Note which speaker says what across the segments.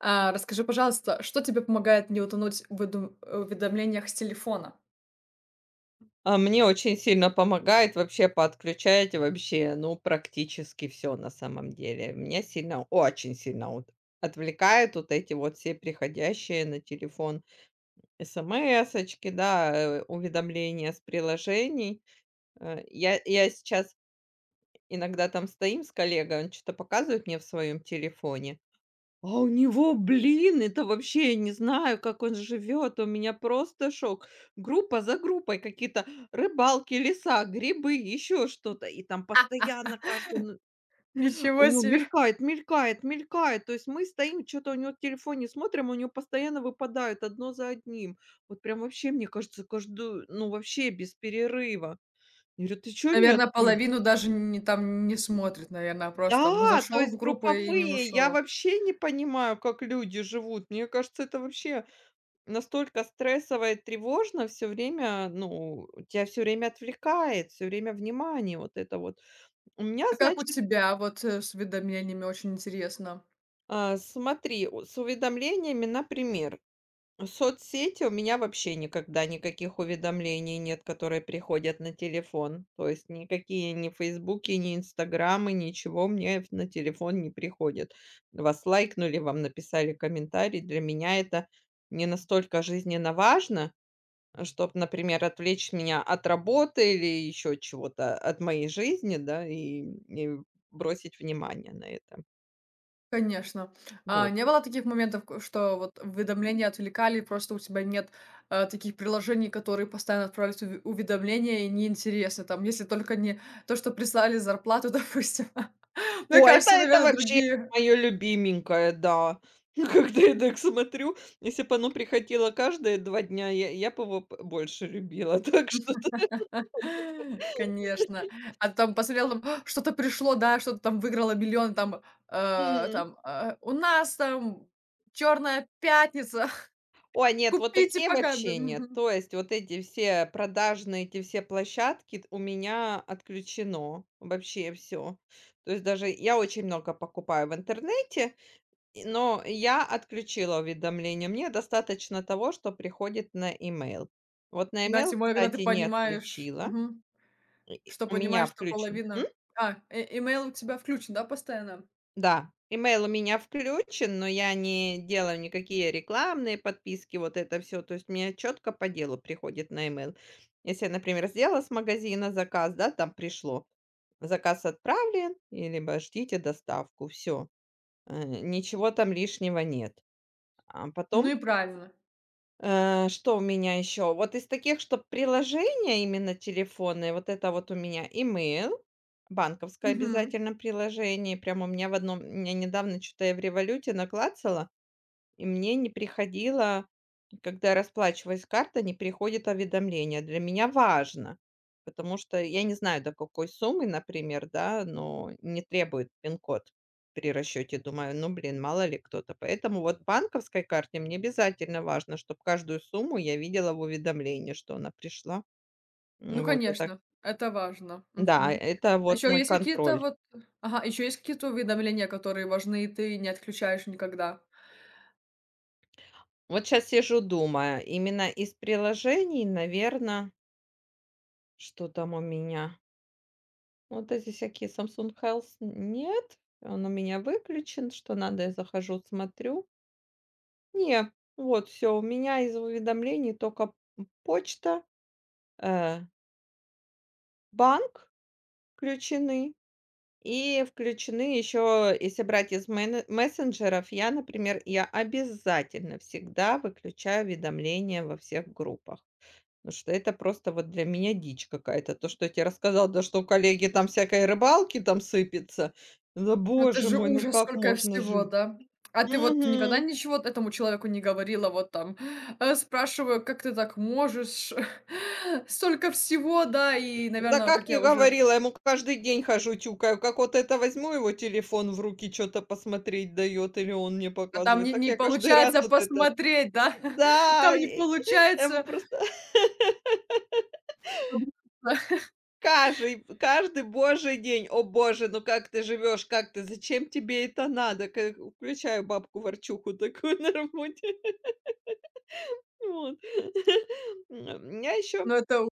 Speaker 1: Расскажи, пожалуйста, что тебе помогает не утонуть в уведомлениях с телефона?
Speaker 2: А мне очень сильно помогает вообще подключать вообще, ну, практически все на самом деле. Меня сильно, очень сильно вот отвлекает вот эти вот все приходящие на телефон смсочки, да, уведомления с приложений. Я сейчас иногда там стоим с коллегой, он что то показывает мне в своем телефоне. А у него, блин, это вообще я не знаю, как он живет. У меня просто шок. Группа за группой какие-то рыбалки, леса, грибы, еще что-то. И там постоянно каждый, ну, у
Speaker 1: Ничего
Speaker 2: него
Speaker 1: себе.
Speaker 2: мелькает, мелькает, мелькает. То есть мы стоим, что-то у него в телефоне смотрим, у него постоянно выпадают одно за одним. Вот прям вообще, мне кажется, каждую, ну вообще без перерыва. Я говорю, ты что не
Speaker 1: Наверное,
Speaker 2: отключишь?
Speaker 1: половину даже не там не смотрит, наверное, просто там
Speaker 2: Да, то
Speaker 1: зашел в
Speaker 2: есть
Speaker 1: группу и не
Speaker 2: групповые, я
Speaker 1: ушел.
Speaker 2: вообще не понимаю, как люди живут. Мне кажется, это вообще настолько стрессово и тревожно все время, ну, тебя все время отвлекает, все время внимание вот это вот. У меня,
Speaker 1: А как у
Speaker 2: значит,
Speaker 1: тебя вот с уведомлениями? Очень интересно.
Speaker 2: смотри, о с уведомлениями, например, соцсети у меня вообще никогда никаких уведомлений нет, которые приходят на телефон. То есть никакие ни "Фейсбуки", ни "Инстаграмы", ничего мне в на телефон не приходит. Вас лайкнули, вам написали комментарий. Для меня это не настолько жизненно важно, чтобы, например, отвлечь меня от работы или еще чего-то, от моей жизни, да, и бросить внимание на это.
Speaker 1: Конечно. А
Speaker 2: Вот.
Speaker 1: не было таких моментов, к что вот уведомления отвлекали, просто у тебя нет, таких приложений, которые постоянно отправляют уви уведомления, и неинтересно, там, если только не то, что прислали зарплату, допустим. Мне
Speaker 2: О, это
Speaker 1: кажется,
Speaker 2: это
Speaker 1: наверное,
Speaker 2: вообще
Speaker 1: другие.
Speaker 2: мое любименькое, да. Когда я так смотрю, если бы оно приходило каждые 2 дня, я б его б больше любила, так что
Speaker 1: Конечно. А там посмотрел, там: «А, что-то пришло, да, что-то там выиграло миллион, там, там, у нас там "Черная пятница",
Speaker 2: ой, нет, вот
Speaker 1: купите
Speaker 2: такие
Speaker 1: пока», да,
Speaker 2: вообще нет.
Speaker 1: мгм.
Speaker 2: То есть вот эти все продажные, эти все площадки у меня отключено вообще все. То есть даже я очень много покупаю в интернете, но я отключила уведомления. Мне достаточно того, что приходит на email. Вот на
Speaker 1: Да,
Speaker 2: email,
Speaker 1: тем более, когда ты
Speaker 2: кстати, не
Speaker 1: понимаешь.
Speaker 2: отключила.
Speaker 1: Мгм.
Speaker 2: И- и
Speaker 1: Что
Speaker 2: У
Speaker 1: понимаешь,
Speaker 2: меня
Speaker 1: что
Speaker 2: включен.
Speaker 1: половина. Имейл у тебя включен, да, постоянно?
Speaker 2: Да, имейл у меня включен, но я не делаю никакие рекламные подписки, вот это все, то есть мне четко по делу приходит на имейл. Если я, например, сделала с магазина заказ, да, там пришло: "Заказ отправлен", и либо "Ждите доставку", все, ничего там лишнего нет. А
Speaker 1: Ну
Speaker 2: потом,
Speaker 1: и правильно.
Speaker 2: Что у меня еще? Вот из таких, что приложения именно телефонные, вот это вот у меня имейл, банковское
Speaker 1: Мгм.
Speaker 2: обязательно приложение. Прям у меня в одном, я недавно что-то я в "Революте" наклацала. И мне не приходило, когда я расплачиваюсь картой, не приходит уведомление. Для меня важно, потому что я не знаю, до какой суммы, например, да, но не требует пин-код при расчете. Думаю, ну, блин, мало ли кто-то. Поэтому вот банковской карте мне обязательно важно, чтобы каждую сумму я видела в уведомлении, что она пришла.
Speaker 1: Ну,
Speaker 2: Вот это,
Speaker 1: конечно, это важно.
Speaker 2: да,
Speaker 1: Мгм.
Speaker 2: это
Speaker 1: А
Speaker 2: вот
Speaker 1: еще
Speaker 2: мой
Speaker 1: есть какие-то
Speaker 2: контроль.
Speaker 1: вот. Ага, еще есть какие-то уведомления, которые важны, и ты не отключаешь никогда?
Speaker 2: Вот сейчас сижу, думаю, именно из приложений, наверное, что там у меня? Вот эти всякие Samsung Health нет, он у меня выключен. Что надо, я захожу, смотрю. Не, вот все у меня из уведомлений только почта, э, банк включены и включены еще, если брать из мене мессенджеров, я, например, я обязательно всегда выключаю уведомления во всех группах. Потому что это просто вот для меня дичь какая-то. То, что я тебе рассказала, да, что у коллеги там всякой рыбалки там сыпется. Да
Speaker 1: Ну, это
Speaker 2: боже
Speaker 1: же
Speaker 2: мой, ну
Speaker 1: ужас,
Speaker 2: как
Speaker 1: сколько
Speaker 2: можно
Speaker 1: всего,
Speaker 2: жить?
Speaker 1: да? А ты вот никогда
Speaker 2: Мгм.
Speaker 1: ничего этому человеку не говорила? Вот там, спрашиваю: "Как ты так можешь? Столько всего", да, и,
Speaker 2: Да
Speaker 1: наверное,
Speaker 2: как
Speaker 1: как
Speaker 2: не
Speaker 1: я уже.
Speaker 2: говорила, я ему каждый день хожу тюкаю. Как вот это возьму его телефон в руки, что-то посмотреть дает, или он мне
Speaker 1: А там
Speaker 2: показывает.
Speaker 1: не
Speaker 2: Так
Speaker 1: не
Speaker 2: я каждый раз
Speaker 1: получается
Speaker 2: вот это...
Speaker 1: посмотреть, да?
Speaker 2: Да,
Speaker 1: Там не
Speaker 2: и я его
Speaker 1: получается.
Speaker 2: просто... Каждый божий день. О боже, ну как ты живешь, как ты, зачем тебе это надо? Ка включаю бабку-ворчуху такую на работе. Вот. У меня еще,
Speaker 1: Но это у-.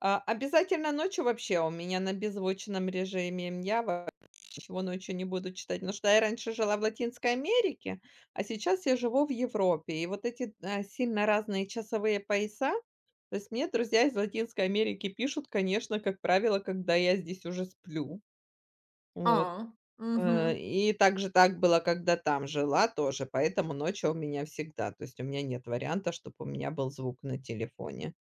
Speaker 2: обязательно ночью вообще у меня на беззвучном режиме. Я вообще ничего ночью не буду читать, потому что я раньше жила в Латинской Америке, а сейчас я живу в Европе. И вот эти, сильно разные часовые пояса, то есть мне друзья из Латинской Америки пишут, конечно, как правило, когда я здесь уже сплю.
Speaker 1: А,
Speaker 2: Вот,
Speaker 1: мгм.
Speaker 2: и также так было, когда там жила тоже, поэтому ночью у меня всегда. То есть у меня нет варианта, чтобы у меня был звук на телефоне.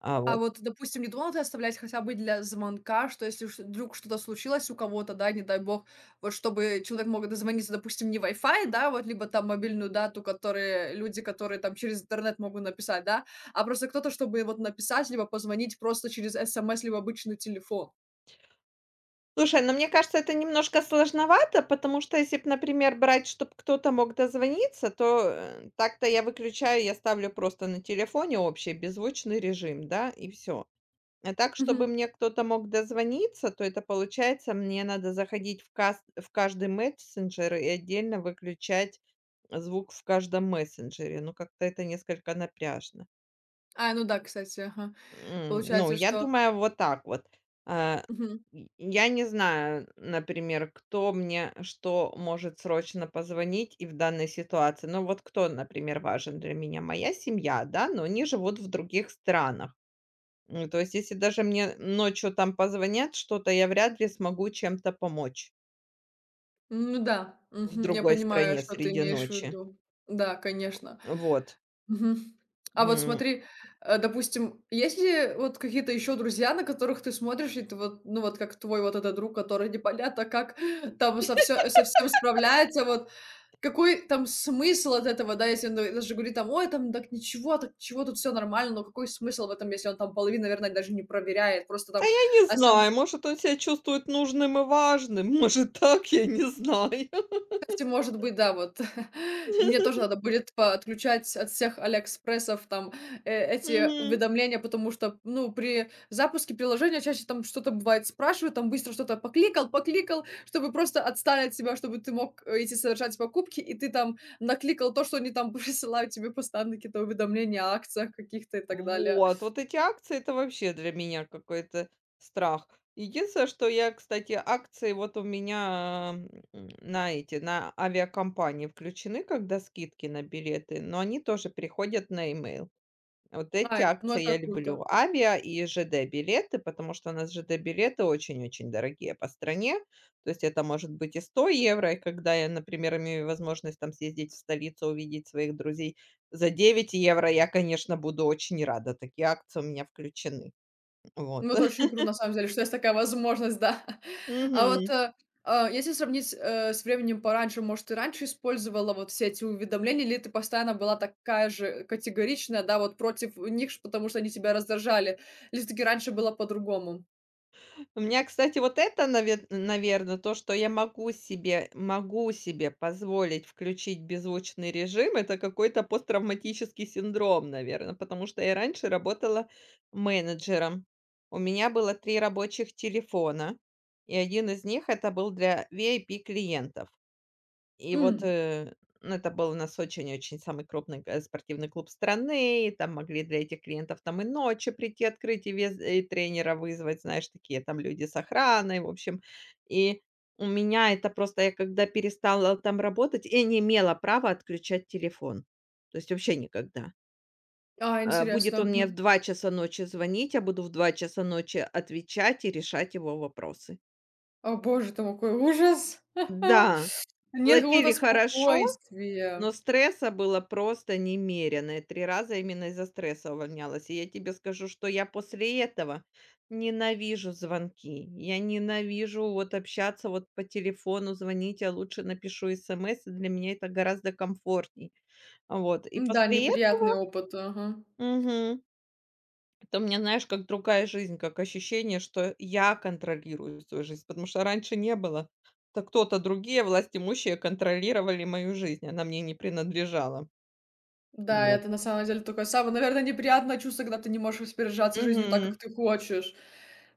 Speaker 1: А
Speaker 2: Вот.
Speaker 1: вот, допустим, не думала ты оставлять хотя бы для звонка, что если уж вдруг что-то случилось у кого-то, да, не дай бог, вот чтобы человек мог дозвониться, допустим, не Wi-Fi, да, вот, либо там мобильную дату, которые люди, которые там через интернет могут написать, да, а просто кто-то, чтобы вот написать, либо позвонить просто через СМС, либо обычный телефон.
Speaker 2: Слушай, но мне кажется, это немножко сложновато, потому что если б, например, брать, чтобы кто-то мог дозвониться, то, так-то я выключаю, я ставлю просто на телефоне общий беззвучный режим, да, и все. А так, чтобы
Speaker 1: Мгм.
Speaker 2: мне кто-то мог дозвониться, то это получается, мне надо заходить в каждый мессенджер и отдельно выключать звук в каждом мессенджере. Ну, как-то это несколько напряжно.
Speaker 1: Ну да, кстати, ага.
Speaker 2: Ну,
Speaker 1: Получается,
Speaker 2: я
Speaker 1: что
Speaker 2: думаю, вот так вот. А,
Speaker 1: мгм.
Speaker 2: й Я не знаю, например, кто мне что может срочно позвонить и в данной ситуации. Ну, вот кто, например, важен для меня? Моя семья, да, но они живут в других странах. То есть, если даже мне ночью там позвонят что-то, я вряд ли смогу чем-то помочь
Speaker 1: Ну да,
Speaker 2: в
Speaker 1: мгм, я
Speaker 2: другой
Speaker 1: понимаю,
Speaker 2: стране
Speaker 1: что ты
Speaker 2: среди
Speaker 1: имеешь в
Speaker 2: ночи.
Speaker 1: виду. Да, конечно.
Speaker 2: Вот.
Speaker 1: Мгм. А вот
Speaker 2: М,
Speaker 1: смотри, допустим, есть ли вот какие-то еще друзья, на которых ты смотришь, и ты вот, ну вот как твой вот этот друг, который непонятно как там со всем справляется, вот какой там смысл от этого, да, если он даже говорит там, ой, там так ничего, так чего, тут все нормально, но какой смысл в этом, если он там половину, наверное, даже не проверяет, просто там.
Speaker 2: я не знаю, может, он себя чувствует нужным и важным, может, так, я не знаю.
Speaker 1: Кстати, может быть, да, вот. Мне тоже надо будет отключать от всех "Алиэкспрессов" там, эти
Speaker 2: Мгм.
Speaker 1: уведомления, потому что, ну, при запуске приложения чаще там что-то бывает спрашивают, там быстро что-то покликал, чтобы просто отстали от тебя, чтобы ты мог, идти совершать покупки, и ты там накликал то, что они там присылают тебе постоянно какие-то уведомления о акциях каких-то и так далее.
Speaker 2: Вот, вот эти акции — это вообще для меня какой-то страх. Единственное, что я, кстати, акции вот у меня, на эти, на авиакомпании включены, когда скидки на билеты, но они тоже приходят на имейл. Вот эти
Speaker 1: Ай, ну
Speaker 2: акции я
Speaker 1: это круто.
Speaker 2: люблю. Авиа и ЖД-билеты, потому что у нас ЖД-билеты очень-очень дорогие по стране. То есть это может быть и 100 евро, и когда я, например, имею возможность там съездить в столицу, увидеть своих друзей за 9 евро, я, конечно, буду очень рада. Такие акции у меня включены. Вот.
Speaker 1: Ну, это очень круто, на самом деле, что есть такая возможность, да. А вот,
Speaker 2: Мгм.
Speaker 1: если сравнить, с временем пораньше, может, ты раньше использовала вот все эти уведомления, или ты постоянно была такая же категоричная, да, вот против них, потому что они тебя раздражали, или все-таки раньше было по-другому?
Speaker 2: У меня, кстати, вот это, наверное, то, что я могу себе позволить включить беззвучный режим, это какой-то посттравматический синдром, наверное, потому что я раньше работала менеджером. У меня было 3 рабочих телефона, и один из них — это был для VIP клиентов. И вот,
Speaker 1: М.
Speaker 2: ну, это был у нас очень-очень самый крупный, спортивный клуб страны. И там могли для этих клиентов там и ночи прийти открыть, и тренера вызвать, знаешь, такие там люди с охраной, в общем. И у меня это просто я когда перестала там работать, я не имела права отключать телефон. То есть вообще никогда.
Speaker 1: А,
Speaker 2: Будет
Speaker 1: интересно.
Speaker 2: он мне в
Speaker 1: Мгм.
Speaker 2: 2 часа ночи звонить, я буду в 2 часа ночи отвечать и решать его вопросы.
Speaker 1: О, боже, там какой ужас.
Speaker 2: Да,
Speaker 1: Нет какого-то
Speaker 2: платили хорошо,
Speaker 1: спокойствия.
Speaker 2: но стресса было просто немерено. Я 3 раза именно из-за стресса увольнялась. И я тебе скажу, что я после этого ненавижу звонки. Я ненавижу вот общаться вот по телефону, звонить. Я лучше напишу смс. Для меня это гораздо комфортней. Вот. И
Speaker 1: Да,
Speaker 2: после этого.
Speaker 1: неприятный опыт. Ага.
Speaker 2: Мгм. Это у меня, знаешь, как другая жизнь, как ощущение, что я контролирую свою жизнь, потому что раньше не было. Это кто-то другие, власть имущие, контролировали мою жизнь, она мне не принадлежала.
Speaker 1: Да,
Speaker 2: Вот.
Speaker 1: это на самом деле такое самое, наверное, неприятное чувство, когда ты не можешь распоряжаться жизнью так, как
Speaker 2: Мгм.
Speaker 1: ты хочешь.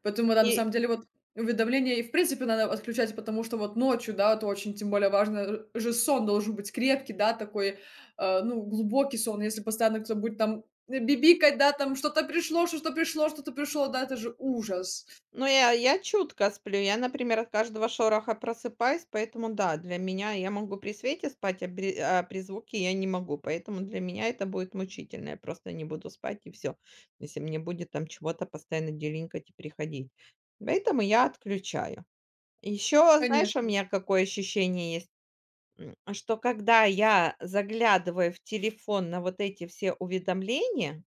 Speaker 1: Поэтому, да, на
Speaker 2: И,
Speaker 1: самом деле, вот уведомления и, в принципе, надо отключать, потому что вот ночью, да, это очень тем более важно, же сон должен быть крепкий, да, такой, ну, глубокий сон, если постоянно кто-то будет там бибикать, да, там что-то пришло, что-то пришло, что-то пришло, да, это же ужас,
Speaker 2: ну, я чутко сплю. Я, например, от каждого шороха просыпаюсь, поэтому да, для меня я могу при свете спать, а при звуке я не могу. Поэтому для меня это будет мучительно. Я просто не буду спать и все, если мне будет там чего-то постоянно делинкать и приходить. Поэтому я отключаю. Еще, знаешь, у
Speaker 1: конечно.
Speaker 2: меня какое ощущение есть, что когда я заглядываю в телефон на вот эти все уведомления,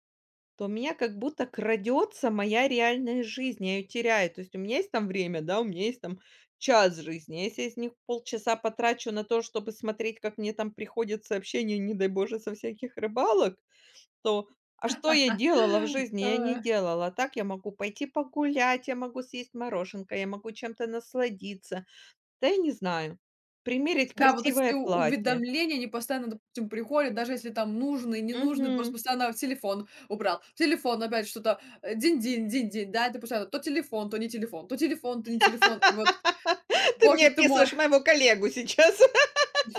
Speaker 2: то у меня как будто крадется моя реальная жизнь, я ее теряю. То есть у меня есть там время, да, у меня есть там час жизни. Если я из них полчаса потрачу на то, чтобы смотреть, как мне там приходят сообщения, не дай боже, со всяких рыбалок, то а что я делала в жизни? Я не
Speaker 1: А.
Speaker 2: делала. А так я могу пойти погулять, я могу съесть мороженка, я могу чем-то насладиться. Да я не знаю. Примерить
Speaker 1: Да, вот эти
Speaker 2: красивое
Speaker 1: у
Speaker 2: платье.
Speaker 1: уведомления, они постоянно, допустим, приходят, даже если там нужный, ненужный, просто
Speaker 2: Мгм.
Speaker 1: постоянно в телефон убрал. В телефон опять что-то, динь-динь, динь-динь, да, это постоянно то телефон, то не телефон, то телефон, то не телефон. И вот,
Speaker 2: Ты
Speaker 1: боже
Speaker 2: мне
Speaker 1: ты мой.
Speaker 2: описываешь моего коллегу сейчас.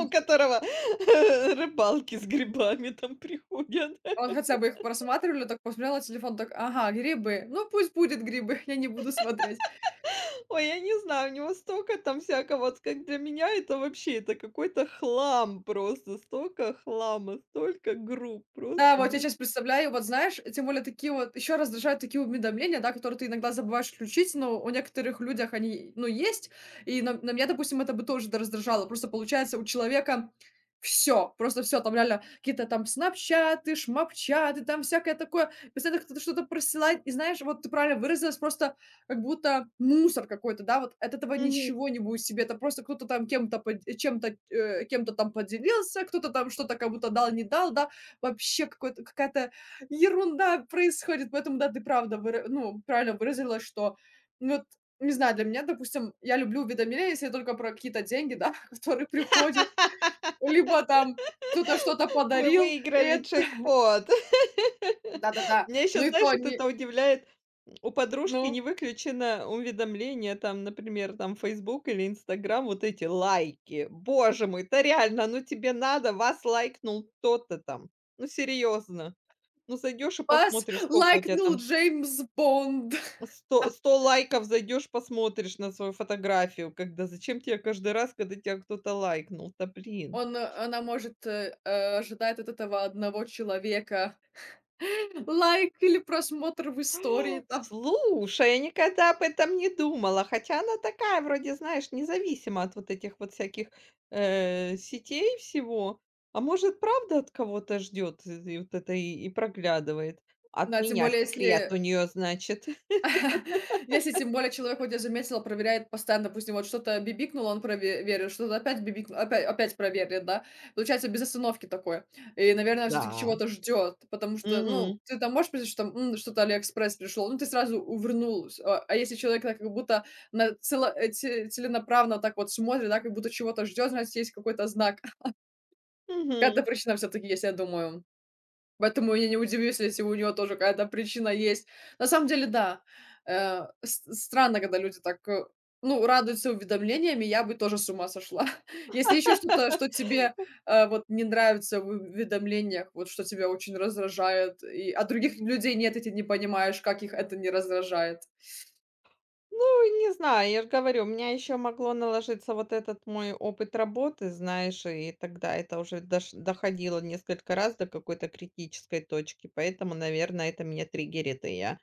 Speaker 2: У которого рыбалки с грибами там приходят.
Speaker 1: Он хотя бы их просматривали, так посмотрела телефон, так, ага, грибы, ну пусть будет грибы, я не буду смотреть.
Speaker 2: Ой, я не знаю, у него столько там всякого, вот как для меня это вообще, это какой-то хлам просто, столько хлама, столько групп
Speaker 1: Да,
Speaker 2: просто
Speaker 1: вот я
Speaker 2: не.
Speaker 1: сейчас представляю, вот знаешь, тем более такие вот еще раздражают такие уведомления, да, которые ты иногда забываешь включить, но у некоторых людях они, ну, есть. И на меня, допустим, это бы тоже да раздражало. Просто получается у человека все, просто все, там реально какие-то там снапчаты, шмапчаты, там всякое такое. Постоянно кто-то что-то просылает, и знаешь, вот ты правильно выразилась, просто как будто мусор какой-то, да, вот от этого
Speaker 2: Мгм.
Speaker 1: ничего не будет себе, это просто кто-то там кем-то, чем-то, кем-то там поделился, кто-то там что-то как будто дал, не дал, да. Вообще какой-то какая-то ерунда происходит. Поэтому, да, ты правда выра ну, правильно выразилась, что, ну, вот, не знаю, для меня, допустим, я люблю уведомления, если только про какие-то деньги, да, которые приходят, либо там кто-то что-то
Speaker 2: Вы
Speaker 1: подарил, и
Speaker 2: выиграли
Speaker 1: это
Speaker 2: джекпот.
Speaker 1: да-да-да,
Speaker 2: Меня
Speaker 1: ну
Speaker 2: еще,
Speaker 1: и то
Speaker 2: знаешь, вот
Speaker 1: они.
Speaker 2: это удивляет. У подружки
Speaker 1: Ну,
Speaker 2: не выключено уведомление, там, например, там Facebook или Instagram, вот эти лайки. Боже мой, это реально, ну тебе надо, вас лайкнул кто-то там. Ну серьезно. Ну зайдешь и
Speaker 1: вас
Speaker 2: посмотришь, сколько у тебя
Speaker 1: лайкнул
Speaker 2: там.
Speaker 1: Джеймс Бонд.
Speaker 2: Сто 100 лайков зайдешь, посмотришь на свою фотографию, когда зачем тебе каждый раз, когда тебя кто-то лайкнул, да блин.
Speaker 1: Он она может, ожидает от этого одного человека лайк или просмотр в истории там.
Speaker 2: Слушай, я никогда об этом не думала, хотя она такая вроде, знаешь, независима от вот этих вот всяких, сетей всего. А может, правда от кого-то ждет и вот это и проглядывает? От
Speaker 1: Да, тем
Speaker 2: меня
Speaker 1: более,
Speaker 2: секрет
Speaker 1: если
Speaker 2: у нее, значит.
Speaker 1: если тем более человек, вот я заметила, проверяет постоянно, допустим, вот что-то бибикнуло, он проверил, что-то опять бибикнуло, опять, опять проверит, да. Получается, без остановки такое. И, наверное, все-таки
Speaker 2: Да.
Speaker 1: чего-то ждет, потому что, ну,
Speaker 2: Мгм.
Speaker 1: ты там можешь представить, что там: «М, что-то Алиэкспресс пришел», ну, ты сразу увернулась. А если человек так как будто на цело, целенаправно так вот смотрит, да, как будто чего-то ждет, значит, есть какой-то знак. Какая-то
Speaker 2: Мгм.
Speaker 1: причина все-таки есть, я думаю. Поэтому я не удивлюсь, если у неё тоже какая-то причина есть. На самом деле, да, с странно, когда люди так, ну, радуются уведомлениями. Я бы тоже с ума сошла. Если еще что-то, что тебе, вот не нравится в уведомлениях, вот что тебя очень раздражает, и а других людей нет, и ты не понимаешь, как их это не раздражает.
Speaker 2: Ну, не знаю, я же говорю, у меня еще могло наложиться вот этот мой опыт работы, знаешь, и тогда это уже доходило несколько раз до какой-то критической точки, поэтому, наверное, это меня триггерит, и я,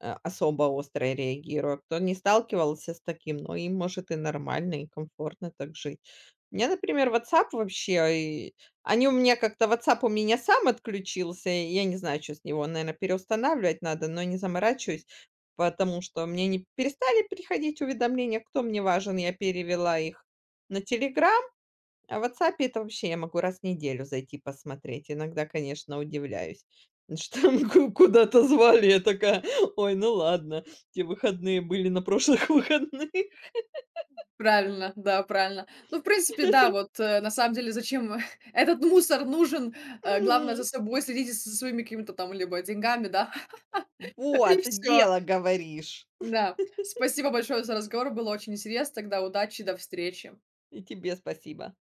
Speaker 2: особо остро реагирую. Кто не сталкивался с таким, но им может и нормально, и комфортно так жить. У меня, например, WhatsApp вообще, и они у меня как-то, WhatsApp у меня сам отключился, и я не знаю, что с него, наверное, переустанавливать надо, но не заморачиваюсь. Потому что мне не перестали приходить уведомления, кто мне важен, я перевела их на "Телеграм", а в WhatsApp это вообще я могу раз в неделю зайти посмотреть. Иногда, конечно, удивляюсь, что м ку куда-то звали. Я такая: "Ой, ну ладно, те выходные были на прошлых выходных".
Speaker 1: Правильно, да, правильно. Ну, в принципе, да, вот, на самом деле, зачем этот мусор нужен? Главное за
Speaker 2: М.
Speaker 1: собой следить, со своими какими-то там либо деньгами, да, и
Speaker 2: Вот,
Speaker 1: все.
Speaker 2: дело говоришь.
Speaker 1: Да. Спасибо большое за разговор. Было очень интересно. Тогда удачи, до встречи.
Speaker 2: И тебе спасибо.